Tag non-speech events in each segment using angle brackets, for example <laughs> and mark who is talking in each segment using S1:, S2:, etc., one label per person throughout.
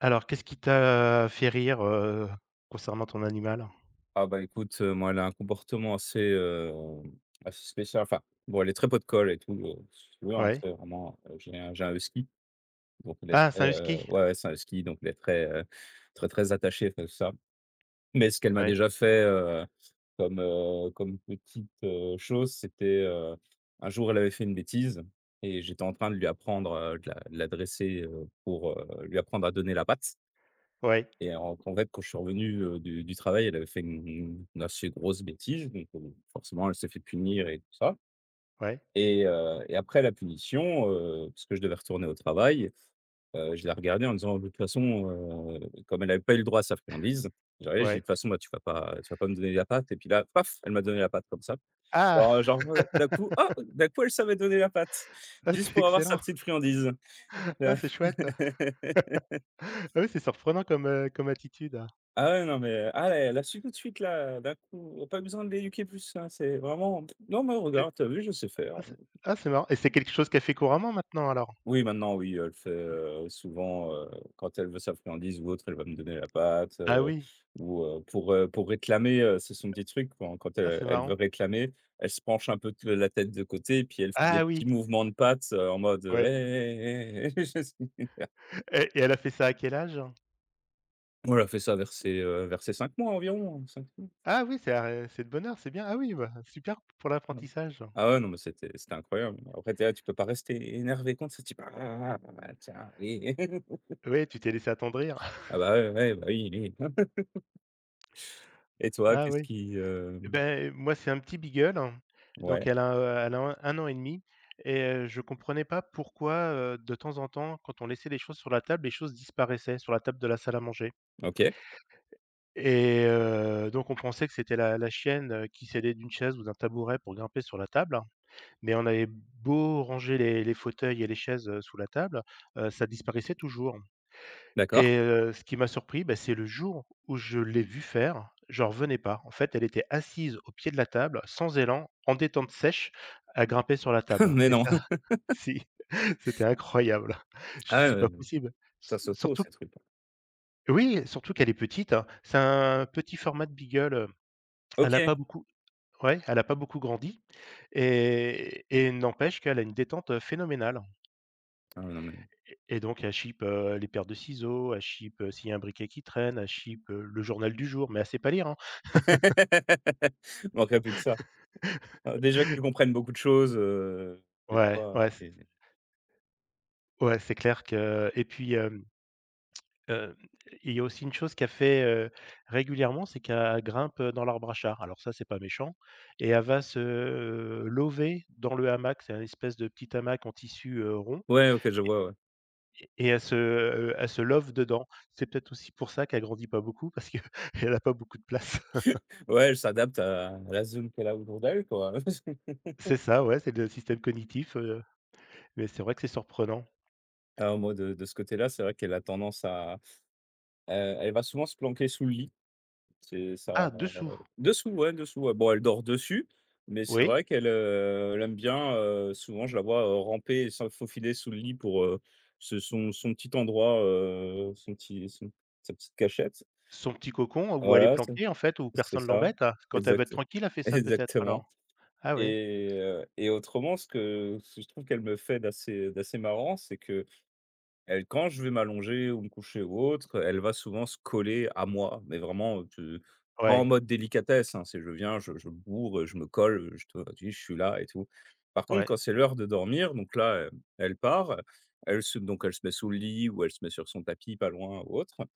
S1: Alors, qu'est-ce qui t'a fait rire, concernant ton animal?
S2: Ah bah écoute, moi elle a un comportement assez spécial. Enfin, bon elle est très pot de colle et tout, si tu veux, hein,
S1: Ouais.
S2: c'est vraiment, j'ai un husky, donc il est
S1: Ah,
S2: très,
S1: c'est un husky?
S2: c'est un husky, donc il est très, très attaché à ça. Mais ce qu'elle m'a
S1: Ouais,
S2: déjà comme chose, un jour elle avait fait une bêtise et j'étais en train de lui apprendre, de la dresser, pour lui apprendre à donner la patte.
S1: ouais,
S2: Et en convaincre quand je suis revenu, du travail, elle avait fait une assez grosse bêtise, donc forcément, elle s'est fait punir et tout ça.
S1: ouais,
S2: Et après la punition, parce que je devais retourner au travail, je l'ai regardée en disant: «De toute façon», comme elle n'avait pas eu le droit à sa friandise, j'arrive, je dis: «De
S1: ouais.
S2: toute façon, moi, tu vas pas me donner la pâte», et puis là, paf, elle m'a donné la pâte comme ça.
S1: Ah!
S2: Alors d'un coup,
S1: <laughs>
S2: d'un coup, elle savait donner la pâte,
S1: Ah,
S2: juste
S1: c'est
S2: pour avoir sa
S1: excellent.
S2: petite friandise.
S1: <laughs> Ah, c'est chouette. <laughs>
S2: <laughs>
S1: Ah oui, c'est surprenant comme, comme attitude.
S2: Ah ouais, non, mais ah, elle a su tout de suite là, d'un coup, pas besoin de l'éduquer plus, hein, c'est vraiment: «Non mais
S1: Et
S2: regarde, t'as vu, je sais
S1: ah,
S2: faire».
S1: c'est marrant et c'est quelque chose qu'elle fait couramment maintenant alors?
S2: Oui, maintenant, oui, elle le fait, souvent, quand elle veut sa friandise ou autre, elle va me donner la pâte,
S1: Ah oui.
S2: pour réclamer, c'est son petit truc quand quand
S1: Ah,
S2: elle
S1: c'est
S2: elle veut
S1: marrant.
S2: réclamer, elle se penche un peu t la tête de côté et puis elle fait des
S1: Ah
S2: petits
S1: oui,
S2: mouvements de pattes, en mode: «Hé,
S1: ouais,
S2: hé, hé, hé, hé».
S1: et elle a fait ça à quel âge?
S2: <laughs> On l'a fait ça vers vers ses 5 mois environ, hein, 5.
S1: Ah oui, c'est de bonheur. C'est bien. Ah oui, bah, super pour
S2: Ah non.
S1: l'apprentissage.
S2: Ah ouais, non, mais c'était incroyable. Après, tu là, tu peux pas rester énervé contre ça, tu peux: «Ah, bah, tiens, allez». <laughs>
S1: Oui, tu t'es laissé attendrir.
S2: Ah bah,
S1: <laughs>
S2: ouais, ouais, bah, oui, oui. <laughs> Et toi,
S1: Ah
S2: qu'est-ce
S1: oui.
S2: qui,
S1: Eh
S2: hem
S1: ben moi, c'est un petit beagle, hein. Donc
S2: ouais,
S1: elle a 1 an et demi et je comprenais pas pourquoi, de temps en temps, quand on laissait les choses sur la table, les choses disparaissaient sur la table de la salle à manger,
S2: OK,
S1: et donc on pensait que c'était la chienne, qui s'aidait d'une chaise ou d'un tabouret pour grimper sur la table, mais on avait beau ranger les fauteuils et les chaises, sous la table, ça disparaissait toujours.
S2: d'accord.
S1: Et ce qui m'a surpris, bah, c'est le jour où je l'ai vue faire, j'en revenais pas. En fait, elle était assise au pied de la table, sans élan, en détente sèche, à grimper sur la
S2: <laughs>
S1: table
S2: Mais
S1: et
S2: non.
S1: ça, <laughs> si, c'était incroyable. <laughs> J'ai dit:
S2: Ah ouais,
S1: «C'est pas
S2: ouais,
S1: possible».
S2: ça
S1: S
S2: s'auto
S1: Surtout,
S2: ces trucs.
S1: oui, surtout qu'elle est petite, hein. C'est un petit format de beagle, elle n'a
S2: OK.
S1: pas beaucoup ouais, elle a pas beaucoup grandi et n'empêche qu'elle a une détente, phénoménale.
S2: Ah ouais, non, mais
S1: Et donc elle chipe, les paires de ciseaux, elle chipe, s'il y a un briquet qui traîne, elle chipe, le journal du jour, mais elle sait pas lire, hein.
S2: <laughs> il manquerait plus que ça. Ah, déjà qu'ils comprennent beaucoup de choses, des
S1: Ouais,
S2: fois,
S1: ouais, c
S2: c'est
S1: ouais, c'est clair. Que et puis, hem, il y a aussi une chose qu'elle fait, régulièrement, c'est qu'elle grimpe, dans l'arbre à char. Alors ça, c'est pas méchant et elle va lover dans le hamac. C'est une espèce de petit hamac en tissu, rond
S2: ouais, OK, je
S1: et
S2: vois, ouais.
S1: elle se love dedans. C'est peut-être aussi pour ça qu'elle grandit pas beaucoup parce qu'elle <laughs> a pas beaucoup de place. <laughs>
S2: <laughs> Ouais, elle s'adapte à la zone qu'elle a aujourd'hui, quoi. <laughs>
S1: C'est ça, ouais, c'est le système cognitif, mais c'est vrai que c'est surprenant.
S2: Ah, moi, de ce côté-là, c'est vrai qu'elle a tendance à Heu, elle va souvent se planquer sous le lit. C'est ça,
S1: Ah, dessous?
S2: dessous, ouais, dessous, ouais. Bon, elle dort dessus, mais c'est
S1: Oui,
S2: vrai qu'elle, elle aime bien, souvent je la vois, ramper et se faufiler sous le lit pour ce son petit endroit, son petit son sa petite cachette.
S1: son petit cocon où elle est
S2: Voilà,
S1: planquée, en fait, où
S2: c'est
S1: personne
S2: ça.
S1: l'embête? Ah, quand elle veut être
S2: Exact,
S1: tranquille, elle fait
S2: <laughs>
S1: ça peut-être
S2: exactement.
S1: alors? Ah oui,
S2: Et autrement, ce que je trouve qu'elle me fait d'assez marrant, c'est que elle quand je vais m'allonger ou me coucher ou autre, elle va souvent se coller à moi, mais vraiment, tu pas en
S1: ouais,
S2: mode délicatesse, hein, c'est je viens, je bourre, je me colle, je te dis: «Je suis là» et tout. Par contre,
S1: ouais.
S2: quand c'est l'heure de dormir, donc là, elle part, elle se donc elle se met sous le lit ou elle se met sur son tapis pas loin ou autre,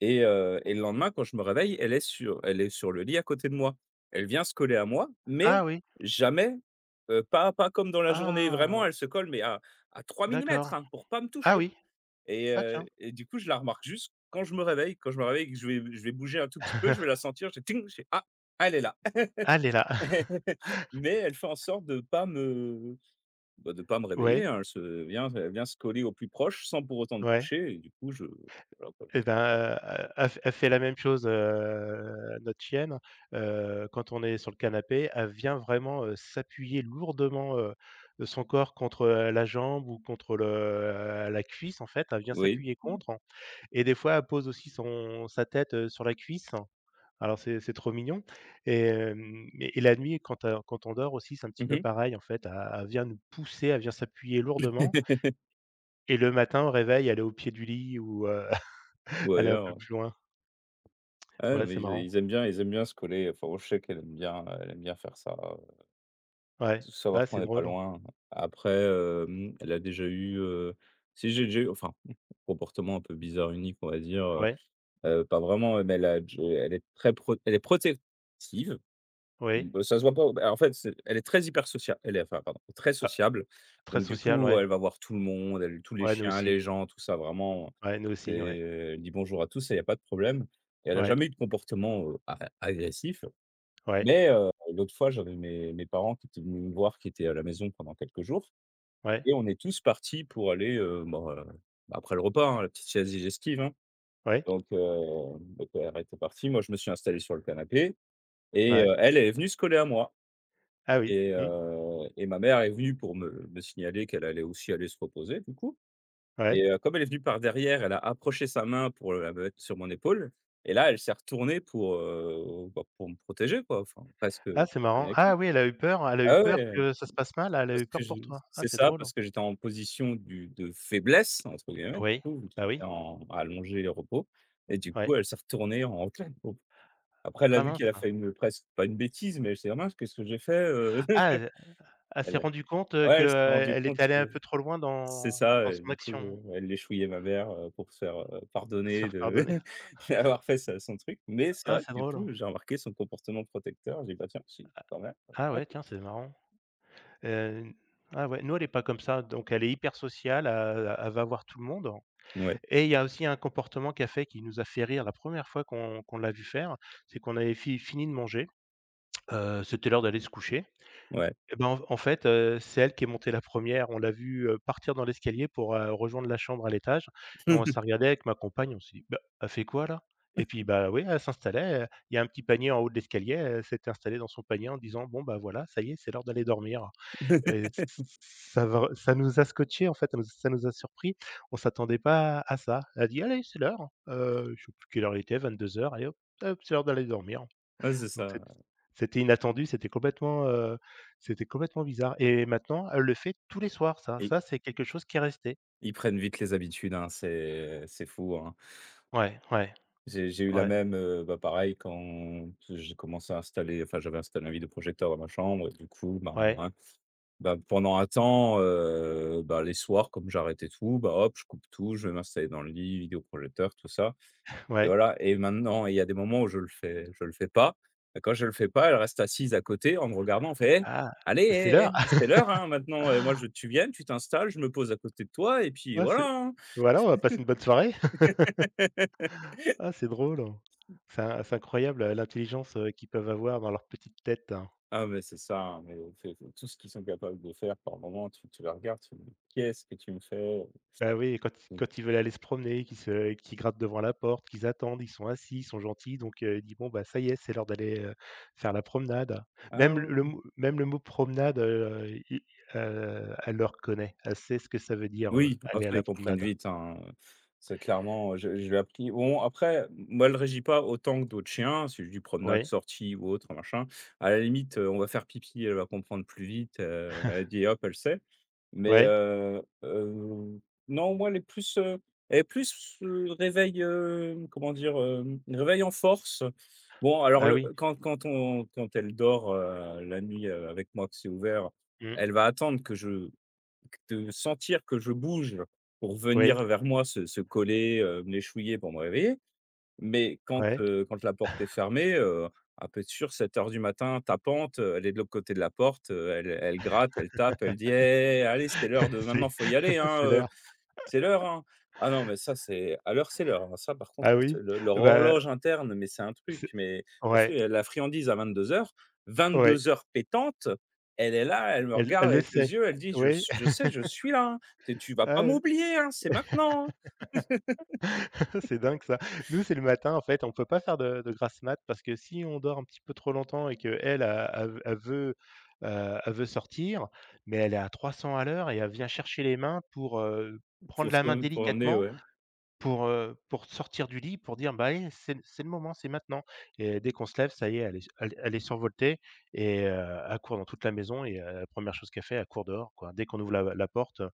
S2: et le lendemain quand je me réveille, elle est sur le lit à côté de moi. Elle vient se coller à moi, mais
S1: Ah oui,
S2: jamais, pas comme dans la journée,
S1: ah,
S2: vraiment elle se colle mais à 3 millimètres,
S1: d'accord.
S2: hein, pour pas me
S1: Ah
S2: toucher.
S1: oui,
S2: Et
S1: ah
S2: heu
S1: tiens.
S2: et du coup, je la remarque juste quand je me réveille. Quand je me réveille et que je vais bouger un tout petit peu, je vais la
S1: <laughs>
S2: sentir, je ting, je fais: «Ah, elle est là».
S1: Elle est là.
S2: <laughs>
S1: <laughs>
S2: Mais elle fait en sorte de pas bah, de pas me réveiller,
S1: Ouais,
S2: hein. Elle vient se coller au plus proche sans pour autant me
S1: ouais.
S2: toucher et du coup, je voilà quoi, je
S1: Et
S2: la
S1: ben,
S2: sens pas.
S1: elle fait la même chose, notre chienne, quand on est sur le canapé, elle vient vraiment, s'appuyer lourdement, de son corps contre, la jambe ou contre le la cuisse, en fait, elle vient
S2: Oui.
S1: s'appuyer contre, et des fois, elle pose aussi son sa tête, sur la cuisse. Alors c'est trop mignon et hem et la nuit quand on dort aussi, c'est un petit peu
S2: Mmh.
S1: pareil en fait, elle vient nous pousser, elle vient s'appuyer lourdement
S2: <laughs>
S1: et le matin au réveil, elle est au pied du lit ou
S2: Ou
S1: <laughs> elle est un peu
S2: ailleurs.
S1: plus loin.
S2: Ouais,
S1: Ouais,
S2: mais
S1: c'est
S2: ils
S1: marrant.
S2: ils aiment bien ils aiment bien se coller. Enfin, je sais qu'elle aime bien, elle aime bien faire ça.
S1: Ouais.
S2: Savoir
S1: Ah,
S2: qu'on
S1: c'est
S2: n'est pas
S1: drôle.
S2: loin. Après, elle a déjà eu, si j'ai déjà eu, enfin, un comportement un peu bizarre, unique, on va dire, heu
S1: Ouais,
S2: heu, pas vraiment, mais elle est très pro elle est protective.
S1: ouais.
S2: Bah, ça se voit pas, bah, en fait, c'est elle est très hyper sociable, elle est, enfin, pardon, très
S1: Ah,
S2: sociable.
S1: très
S2: Donc du
S1: social.
S2: coup,
S1: Ouais.
S2: elle va voir tout le monde, elle tous les
S1: Ouais, nous
S2: chiens,
S1: aussi.
S2: les gens, tout ça, vraiment,
S1: Ouais, nous
S2: c'est
S1: aussi, ouais.
S2: elle dit: «Bonjour à tous», il y a pas de problème. Et elle a
S1: Ouais,
S2: jamais eu de comportement, a agressif.
S1: ouais,
S2: Mais l'autre fois, j'avais mes parents qui étaient venus me voir, qui étaient à la maison pendant quelques jours,
S1: ouais,
S2: et on est tous partis pour aller, après le repas, hein, la petite sieste digestive, hein.
S1: ouais,
S2: Donc mon père était partie, moi je me suis installé sur le canapé, et
S1: ouais.
S2: elle est venue se coller à moi,
S1: Ah oui,
S2: et
S1: mmh,
S2: heu et ma mère est venue pour me signaler qu'elle allait aussi aller se reposer du coup,
S1: ouais.
S2: et comme elle est venue par derrière, elle a approché sa main pour la mettre sur mon épaule, et là, elle s'est retournée bah, pour me protéger quoi, enfin presque.
S1: Ah, c'est marrant. Ah oui, elle a eu peur elle a eu
S2: Ah
S1: peur
S2: ouais.
S1: que ça se passe mal? Elle a
S2: Parce
S1: eu
S2: que
S1: peur
S2: je
S1: pour toi? Ah,
S2: c'est
S1: c'est
S2: ça,
S1: drôle.
S2: parce que j'étais en position du de «faiblesse» entre guillemets, du
S1: Oui,
S2: coup, vu que
S1: bah oui,
S2: j'étais en allongé au repos, et du
S1: ouais.
S2: coup, elle s'est retournée en claque. Bon, après, elle a
S1: Ah
S2: vu
S1: mince.
S2: qu'elle a fait
S1: Ah,
S2: une presque pas une bêtise, mais elle s'est dit: «Ah mince, qu'est-ce que j'ai fait?» <laughs>
S1: elle elle s'est
S2: elle
S1: rendue compte,
S2: Ouais, elle s'est rendue
S1: elle est
S2: compte
S1: allée
S2: que
S1: un peu trop loin
S2: c'est
S1: dans
S2: ça,
S1: dans
S2: et
S1: son
S2: du
S1: action,
S2: coup, elle l'échouillait ma mère, pour se faire,
S1: à se
S2: pardonner
S1: faire
S2: de
S1: pardonner.
S2: <laughs> d'avoir fait ça son truc. Mais c'est
S1: Ah,
S2: vrai que
S1: c'est
S2: du
S1: drôle.
S2: coup, j'ai remarqué son comportement protecteur, j'ai dit: «Bah tiens, c'est quand même».
S1: Ah
S2: Ouais,
S1: ouais, tiens, c'est marrant. Heu, ah ouais, nous, elle est pas comme ça, donc elle est hyper sociale, elle va voir tout le monde,
S2: ouais.
S1: et il y a aussi un comportement qu'elle fait qui nous a fait rire la première fois qu'on l'a vue faire, c'est qu'on avait fi fini de manger, c'était l'heure d'aller se coucher. Et ben, en fait, c'est elle qui est montée la première. On l'a vue, partir dans l'escalier pour, rejoindre la chambre à l'étage, et on s'est
S2: <laughs>
S1: regardé avec ma compagne, on s'est dit: «Bah, elle fait quoi là?» Et puis, bah, oui, elle s'installait, il y a un petit panier en haut de l'escalier, elle s'était installée dans son panier en disant: «Bon, bah, voilà, ça y est, c'est l'heure d'aller dormir».
S2: Ouais.
S1: Et ça nous a scotché, en fait, ça nous a surpris. On s'attendait pas à ça. Elle a dit: «Allez, c'est l'heure, hein». Je sais plus quelle heure il était, 22 heures. «Allez hop, hop, c'est l'heure d'aller dormir».
S2: Ouais, c'est
S1: Donc
S2: ça, ouais.
S1: c'était inattendu, c'était complètement bizarre et maintenant, elle le fait tous les soirs, ça.
S2: Et
S1: Ça, c'est quelque chose qui est resté.
S2: ils prennent vite les habitudes, hein, c'est fou, hein.
S1: Ouais, ouais,
S2: J'ai eu la
S1: ouais,
S2: même, bah, pareil quand j'ai commencé à installer, enfin, j'avais installé un vidéoprojecteur dans ma chambre, et du coup, ben,
S1: ouais,
S2: ouais, bah, pendant un temps, bah, les soirs comme j'arrêtais tout, bah, hop, je coupe tout, je vais m'installer dans le lit, vidéoprojecteur, tout ça, et
S1: ouais.
S2: voilà, et maintenant, il y a des moments où je le fais pas, et quand je le fais pas, elle reste assise à côté en me regardant, elle fait: «Eh,
S1: Ah,
S2: allez,
S1: mais c'est
S2: eh, eh,
S1: l'heure. <laughs>
S2: c'est l'heure, hein, maintenant, moi je, tu viens, tu t'installes, je me pose à côté de toi et puis
S1: Ouais,
S2: voilà,
S1: c'est
S2: hein».
S1: voilà, on va passer une bonne soirée. <laughs>
S2: <laughs>
S1: Ah, c'est drôle, hein. C'est incroyable, l'intelligence, qu'ils peuvent avoir dans leur petite tête, hein.
S2: Ah mais c'est ça, hein, mais fait tout ce qu'ils sont capables de faire par moment, tu les regardes, tu te dis: «Qu'est-ce que tu me fais?»
S1: Bah, oui, quand
S2: Mmh.
S1: ils veulent aller se promener, qu'ils grattent devant la porte, qu'ils attendent, ils sont assis, ils sont gentils, donc il dit: «Bon, bah, ça y est, c'est l'heure d'aller, faire la promenade». Même le le
S2: «Ah.»
S1: mot même le mot promenade, i elle le reconnaît. Elle sait ce que ça veut dire,
S2: Oui, ah
S1: aller à
S2: ça,
S1: la
S2: ils comprennent
S1: promenade.
S2: vite, hein, c'est clairement, je l'ai appris, bon après, moi, elle ne réagit pas autant que d'autres chiens, si je dis promenade,
S1: Ouais,
S2: sortie ou autre, machin. À la limite, on va faire pipi, elle va comprendre plus vite, elle dit: «Hop», elle sait. Mais,
S1: ouais,
S2: heu, heu, non, moi, elle est elle est plus, réveil, comment dire? Réveil en force. Bon, alors
S1: ah
S2: le
S1: oui,
S2: quand quand on quand elle dort, la nuit, avec moi que c'est ouvert,
S1: mmh,
S2: elle va attendre que je de sentir que je bouge pour
S1: oui,
S2: venir vers moi, se coller, me l'échouiller pour me réveiller. Mais
S1: ouais,
S2: quand la porte est fermée, ah peut être sûr 7:00 du matin, tapante, elle est de l'autre côté de la porte, elle gratte, elle tape, elle dit: «Eh, allez, c'est l'heure de
S1: <laughs>
S2: maintenant,
S1: c'est
S2: faut y aller,
S1: <laughs> c'est
S2: hein,
S1: l'heure.
S2: c'est l'heure, hein». Ah non, mais ça, c'est à l'heure, c'est l'heure, hein. Ça, par contre,
S1: Ah
S2: c'est
S1: oui,
S2: le leur
S1: bah,
S2: horloge interne, mais c'est un truc,
S1: c'est
S2: mais la sûr,
S1: ouais,
S2: il y a de la friandise à 22:00.
S1: ouais,
S2: 22:00 pétante, elle est là, elle me
S1: elle
S2: regarde
S1: elle le
S2: avec
S1: sait.
S2: les yeux, elle dit: «Je
S1: Oui,
S2: s je sais, je suis là, hein. Tu vas pas
S1: ah oui. <laughs>
S2: m'oublier, hein, c'est maintenant, hein».
S1: <laughs> C'est dingue ça. Nous, c'est le matin en fait, on peut pas faire de grasse mat parce que si on dort un petit peu trop longtemps et qu'elle, elle elle veut sortir, mais elle est à 300 à l'heure et elle vient chercher les mains pour, prendre la main
S2: Pour emmener,
S1: délicatement,
S2: ouais.
S1: pour sortir du lit, pour dire: «Bah, allez, c'est le moment, c'est maintenant». Et dès qu'on se lève, ça y est, elle est survoltée et elle court dans toute la maison et la 1re chose qu'elle fait, elle court dehors, quoi. Dès qu'on ouvre la porte,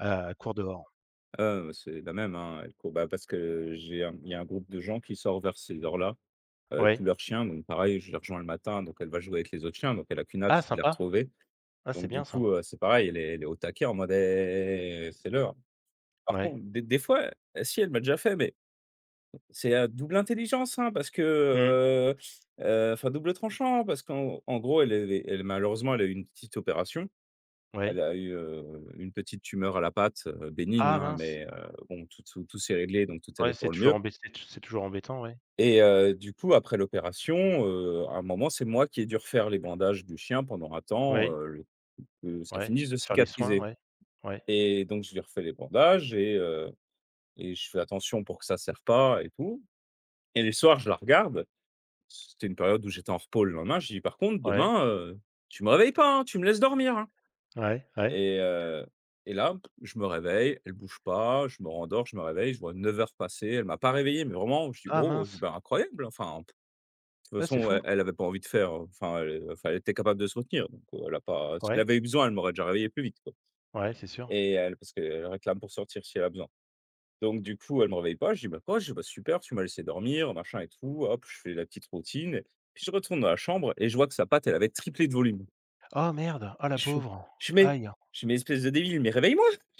S1: elle court dehors.
S2: C'est la même, hein, elle court, bah, parce que j'ai un il y a un groupe de gens qui sort vers ces heures-là, tous
S1: Ouais.
S2: leurs chiens, donc pareil, je les rejoins le matin, donc elle va jouer avec les autres chiens, donc elle a qu'une hâte,
S1: Ah
S2: c'est de les
S1: sympa.
S2: retrouver.
S1: Ah, c'est
S2: Donc
S1: bien
S2: du
S1: ça.
S2: coup, c'est pareil, elle est au taquet en mode: «Eh, c'est l'heure». Par
S1: Ouais.
S2: contre, des fois, si elle m'a déjà fait, mais c'est à double intelligence, hein, parce que,
S1: Mmh.
S2: enfin, double tranchant, parce qu'en gros, elle, malheureusement, elle a eu une petite opération. Elle
S1: Ouais.
S2: a eu, une petite tumeur à la patte, bénigne,
S1: Ah
S2: hein,
S1: mince!
S2: mais, bon, tout s'est réglé, donc tout allait
S1: Ouais,
S2: pour le mieux.
S1: c'est toujours embêtant, ouais.
S2: Et, du coup, après l'opération, à un moment, c'est moi qui ai dû refaire les bandages du chien pendant un temps,
S1: Ouais,
S2: le que ça
S1: ouais,
S2: finisse de
S1: faire les soins,
S2: cicatriser.
S1: ouais. Ouais,
S2: Et donc, je lui refais les bandages, et je fais attention pour que ça serre pas et tout, et les soirs, je la regarde. C'était une période où j'étais en repos le lendemain. Je lui dis: «Par contre,
S1: ouais,
S2: demain, tu me réveilles pas, hein, tu me laisses dormir, hein»,
S1: ouais, ouais.
S2: et heu et là, je me réveille, elle bouge pas, je me rendors, je me réveille, je vois 9 heures passer, elle m'a pas réveillé, mais vraiment, je dis:
S1: Ah
S2: «Bro», je dis:
S1: mince!
S2: «Bah, incroyable, enfin, de toute
S1: Ah, c'est
S2: façon, elle
S1: fou!
S2: elle avait pas envie de faire, enfin, elle était capable de se retenir, donc, elle a pas si elle
S1: Ouais,
S2: avait eu besoin, elle m'aurait déjà réveillé plus vite, quoi»
S1: ouais, c'est sûr.
S2: et elle, parce qu'elle réclame pour sortir si elle a besoin. Donc du coup, elle me réveille pas, je dis: «Bah, quoi?», je dis: «Bah, super, tu m'as laissé dormir, machin et tout». Hop, je fais la petite routine. Puis je retourne dans la chambre et je vois que sa patte, elle avait triplé de volume.
S1: Oh merde! Ah la
S2: Je fais
S1: pauvre!
S2: je mets
S1: Aïe!
S2: je fais: «Espèce de débile, mais réveille-moi!» <laughs>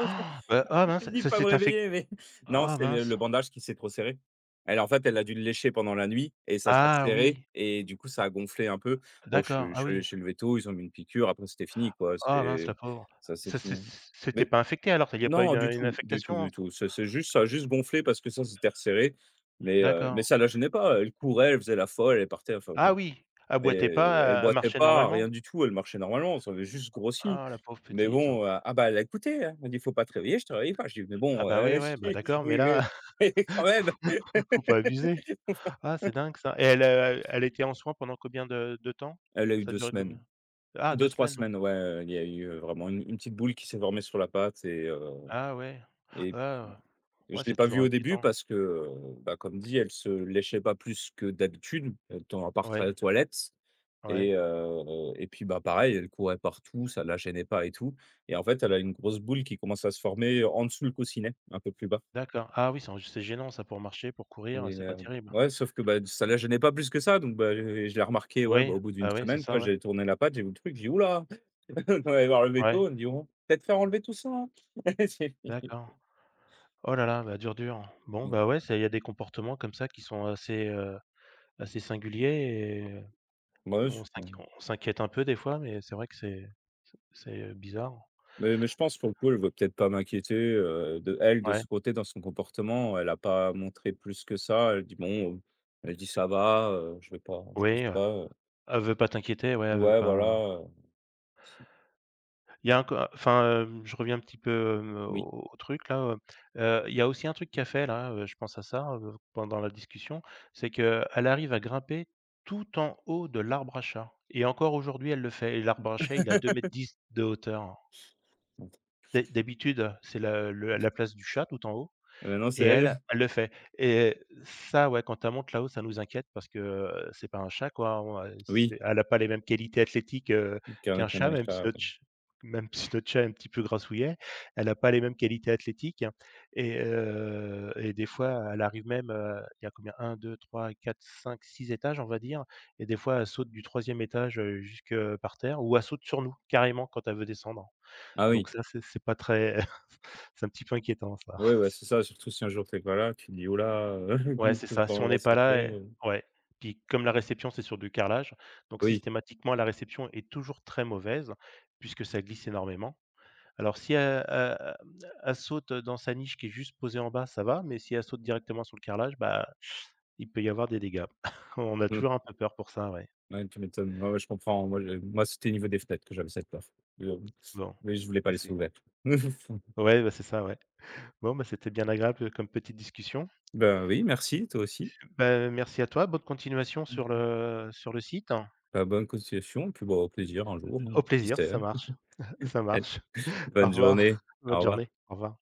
S1: Ah bah, ah
S2: t'ai
S1: mince,
S2: dit de
S1: ça
S2: pas me
S1: s'est infec
S2: réveiller, mais» <laughs> non,
S1: ah
S2: c'est le
S1: mince!
S2: le bandage qui s'est trop serré. Elle, en fait, elle a dû le lécher pendant la nuit et ça s'est
S1: Ah
S2: resserré
S1: oui,
S2: et du coup, ça a gonflé un peu. Bon,
S1: d'accord,
S2: je
S1: ah
S2: suis allé
S1: oui.
S2: chez le véto, ils ont mis une piqûre, après c'était fini, quoi,
S1: Ah mince,
S2: c'est
S1: la pauvre.
S2: ça s'est
S1: Ça
S2: fini, hein.
S1: c'était pas infecté alors? Il y a pas une,
S2: Non, du
S1: heu, une
S2: tout, du tout,
S1: infectation?
S2: du tout. C'est juste Ça a juste gonflé parce que ça s'était resserré, mais,
S1: D'accord.
S2: mais ça la gênait pas. Elle courait, elle faisait la folle, elle partait, enfin
S1: Ah
S2: bon,
S1: oui! Elle
S2: mais
S1: boitait
S2: elle
S1: pas, elle
S2: boitait
S1: marchait
S2: pas,
S1: normalement?
S2: rien du tout, elle marchait normalement, ça avait juste grossi.
S1: Ah la pauvre
S2: Mais
S1: petite.
S2: bon, ah bah, elle a écouté, hein. Elle m'a dit: «Faut pas te réveiller, je te réveille pas». Je dis: «Mais
S1: Ah
S2: bon,
S1: bah oui, ouais, bah d'accord, mais là.
S2: <laughs> quand même».
S1: Faut pas abuser. Ah, c'est dingue ça. Et elle était en soins pendant combien de temps?
S2: Elle a eu
S1: Ça a
S2: 2
S1: duré
S2: semaines,
S1: combien? Ah 2
S2: deux trois
S1: semaines.
S2: semaines, ouais, il y a eu, vraiment une petite boule qui s'est formée sur la patte et heu
S1: Ah ouais.
S2: et
S1: Ah,
S2: je
S1: ouais,
S2: l'ai
S1: c'est
S2: pas vue
S1: toujours
S2: au début
S1: inquiétant.
S2: parce que, bah, comme dit, elle se léchait pas plus que d'habitude, tant à partir à
S1: Ouais,
S2: la toilette
S1: ouais,
S2: et et puis, bah, pareil, elle courait partout, ça la gênait pas et tout, et en fait, elle a une grosse boule qui commence à se former en dessous le coussinet, un peu plus bas,
S1: d'accord. Ah oui, c'est gênant ça pour marcher, pour
S2: et,
S1: courir, c'est pas terrible.
S2: ouais, sauf que, bah, ça la gênait pas plus que ça, donc bah, je l'ai remarqué, ouais, bah,
S1: Oui,
S2: au bout d'une
S1: bah oui, c'est
S2: semaine, quoi,
S1: ça, ouais.
S2: j'ai tourné la patte, j'ai vu le truc, j'ai dit: «Ouh là!» <laughs> On va allé voir le
S1: Ouais,
S2: véto, on me dit: «Bon, peut-être faire enlever tout ça, hein».
S1: d'accord. Oh là là, bah dur, dur.
S2: <laughs>
S1: Bon,
S2: Donc,
S1: bah ouais, c'est il y a des comportements comme ça qui sont assez, assez singuliers et
S2: ouais, je
S1: on s'inquiète un peu des fois, mais c'est vrai que c'est bizarre.
S2: Mais je pense pour le coup, elle ne veut peut-être pas m'inquiéter, de elle, de
S1: Ouais,
S2: ce côté, dans son comportement, elle a pas montré plus que ça. Elle dit: «Bon», elle dit: «Ça va», je pense
S1: oui,
S2: pas,
S1: elle veut pas t'inquiéter, ouais, elle veut
S2: ouais, voilà,
S1: pas. Il y a un co Enfin, je reviens un petit peu,
S2: oui.
S1: au truc là, il y a aussi un truc qu'elle fait là, je pense à ça, pendant la discussion, c'est que elle arrive à grimper tout en haut de l'arbre à chat et encore aujourd'hui elle le fait et l'arbre à chat il a 2 m 10 de hauteur. D'habitude, c'est la place du chat tout en haut.
S2: Et maintenant, c'est
S1: Et elle,
S2: elle?
S1: elle le fait et ça, ouais, quand elle monte là-haut, ça nous inquiète parce que, c'est pas un chat, quoi, on,
S2: Oui,
S1: c'est elle a pas les mêmes qualités athlétiques,
S2: qu'un
S1: qu'un
S2: qu'un
S1: chat, même si
S2: achat,
S1: notre
S2: ouais.
S1: ch même si notre chat est un petit peu grassouillet, elle a pas les mêmes qualités athlétiques et des fois, elle arrive même, il y a combien? Un, deux, trois, quatre, cinq, six étages, on va dire, et des fois, elle saute du troisième étage, jusque par terre ou elle saute sur nous, carrément, quand elle veut descendre.
S2: Ah oui,
S1: Donc ça, c'est pas très <laughs> c'est un petit peu inquiétant ça.
S2: oui, ouais, bah, c'est
S1: <laughs>
S2: ça, surtout si un jour t'es pas là, tu te dis: «Ouh là,
S1: Ouais, c'est
S2: <laughs>
S1: ça.
S2: quand
S1: Si
S2: elle
S1: on
S2: va
S1: n'est pas là,
S2: sauter».
S1: eh ouais. Puis comme la réception, c'est sur du carrelage, donc
S2: Oui,
S1: systématiquement, la réception est toujours très mauvaise puisque ça glisse énormément. Alors si elle saute dans sa niche qui est juste posée en bas, ça va, mais si elle saute directement sur le carrelage, bah, il peut y avoir des dégâts. <laughs> On a
S2: mmh,
S1: toujours un peu peur pour ça, ouais.
S2: ouais, tu m'étonnes. Ouais, ouais, je comprends. Moi, c'était au niveau des fenêtres que j'avais cette peur, mais,
S1: Bon,
S2: je voulais pas
S1: bah,
S2: les
S1: c'est
S2: ouvertes. <laughs>
S1: ouais, bah, c'est ça, ouais. Bon, bah, c'était bien agréable comme petite discussion.
S2: Ben oui, merci, toi aussi.
S1: Bah, merci à toi. Bonne continuation sur
S2: Mmh.
S1: le site.
S2: Bah, bonne continuation, puis, bon, au plaisir un jour, hein,
S1: Au
S2: qui
S1: plaisir,
S2: sait?
S1: ça
S2: Hein.
S1: marche. <laughs> Ça
S2: Allez,
S1: marche. Au
S2: bonne
S1: revoir.
S2: journée,
S1: <laughs>
S2: au
S1: Bonne
S2: revoir.
S1: journée. Au revoir.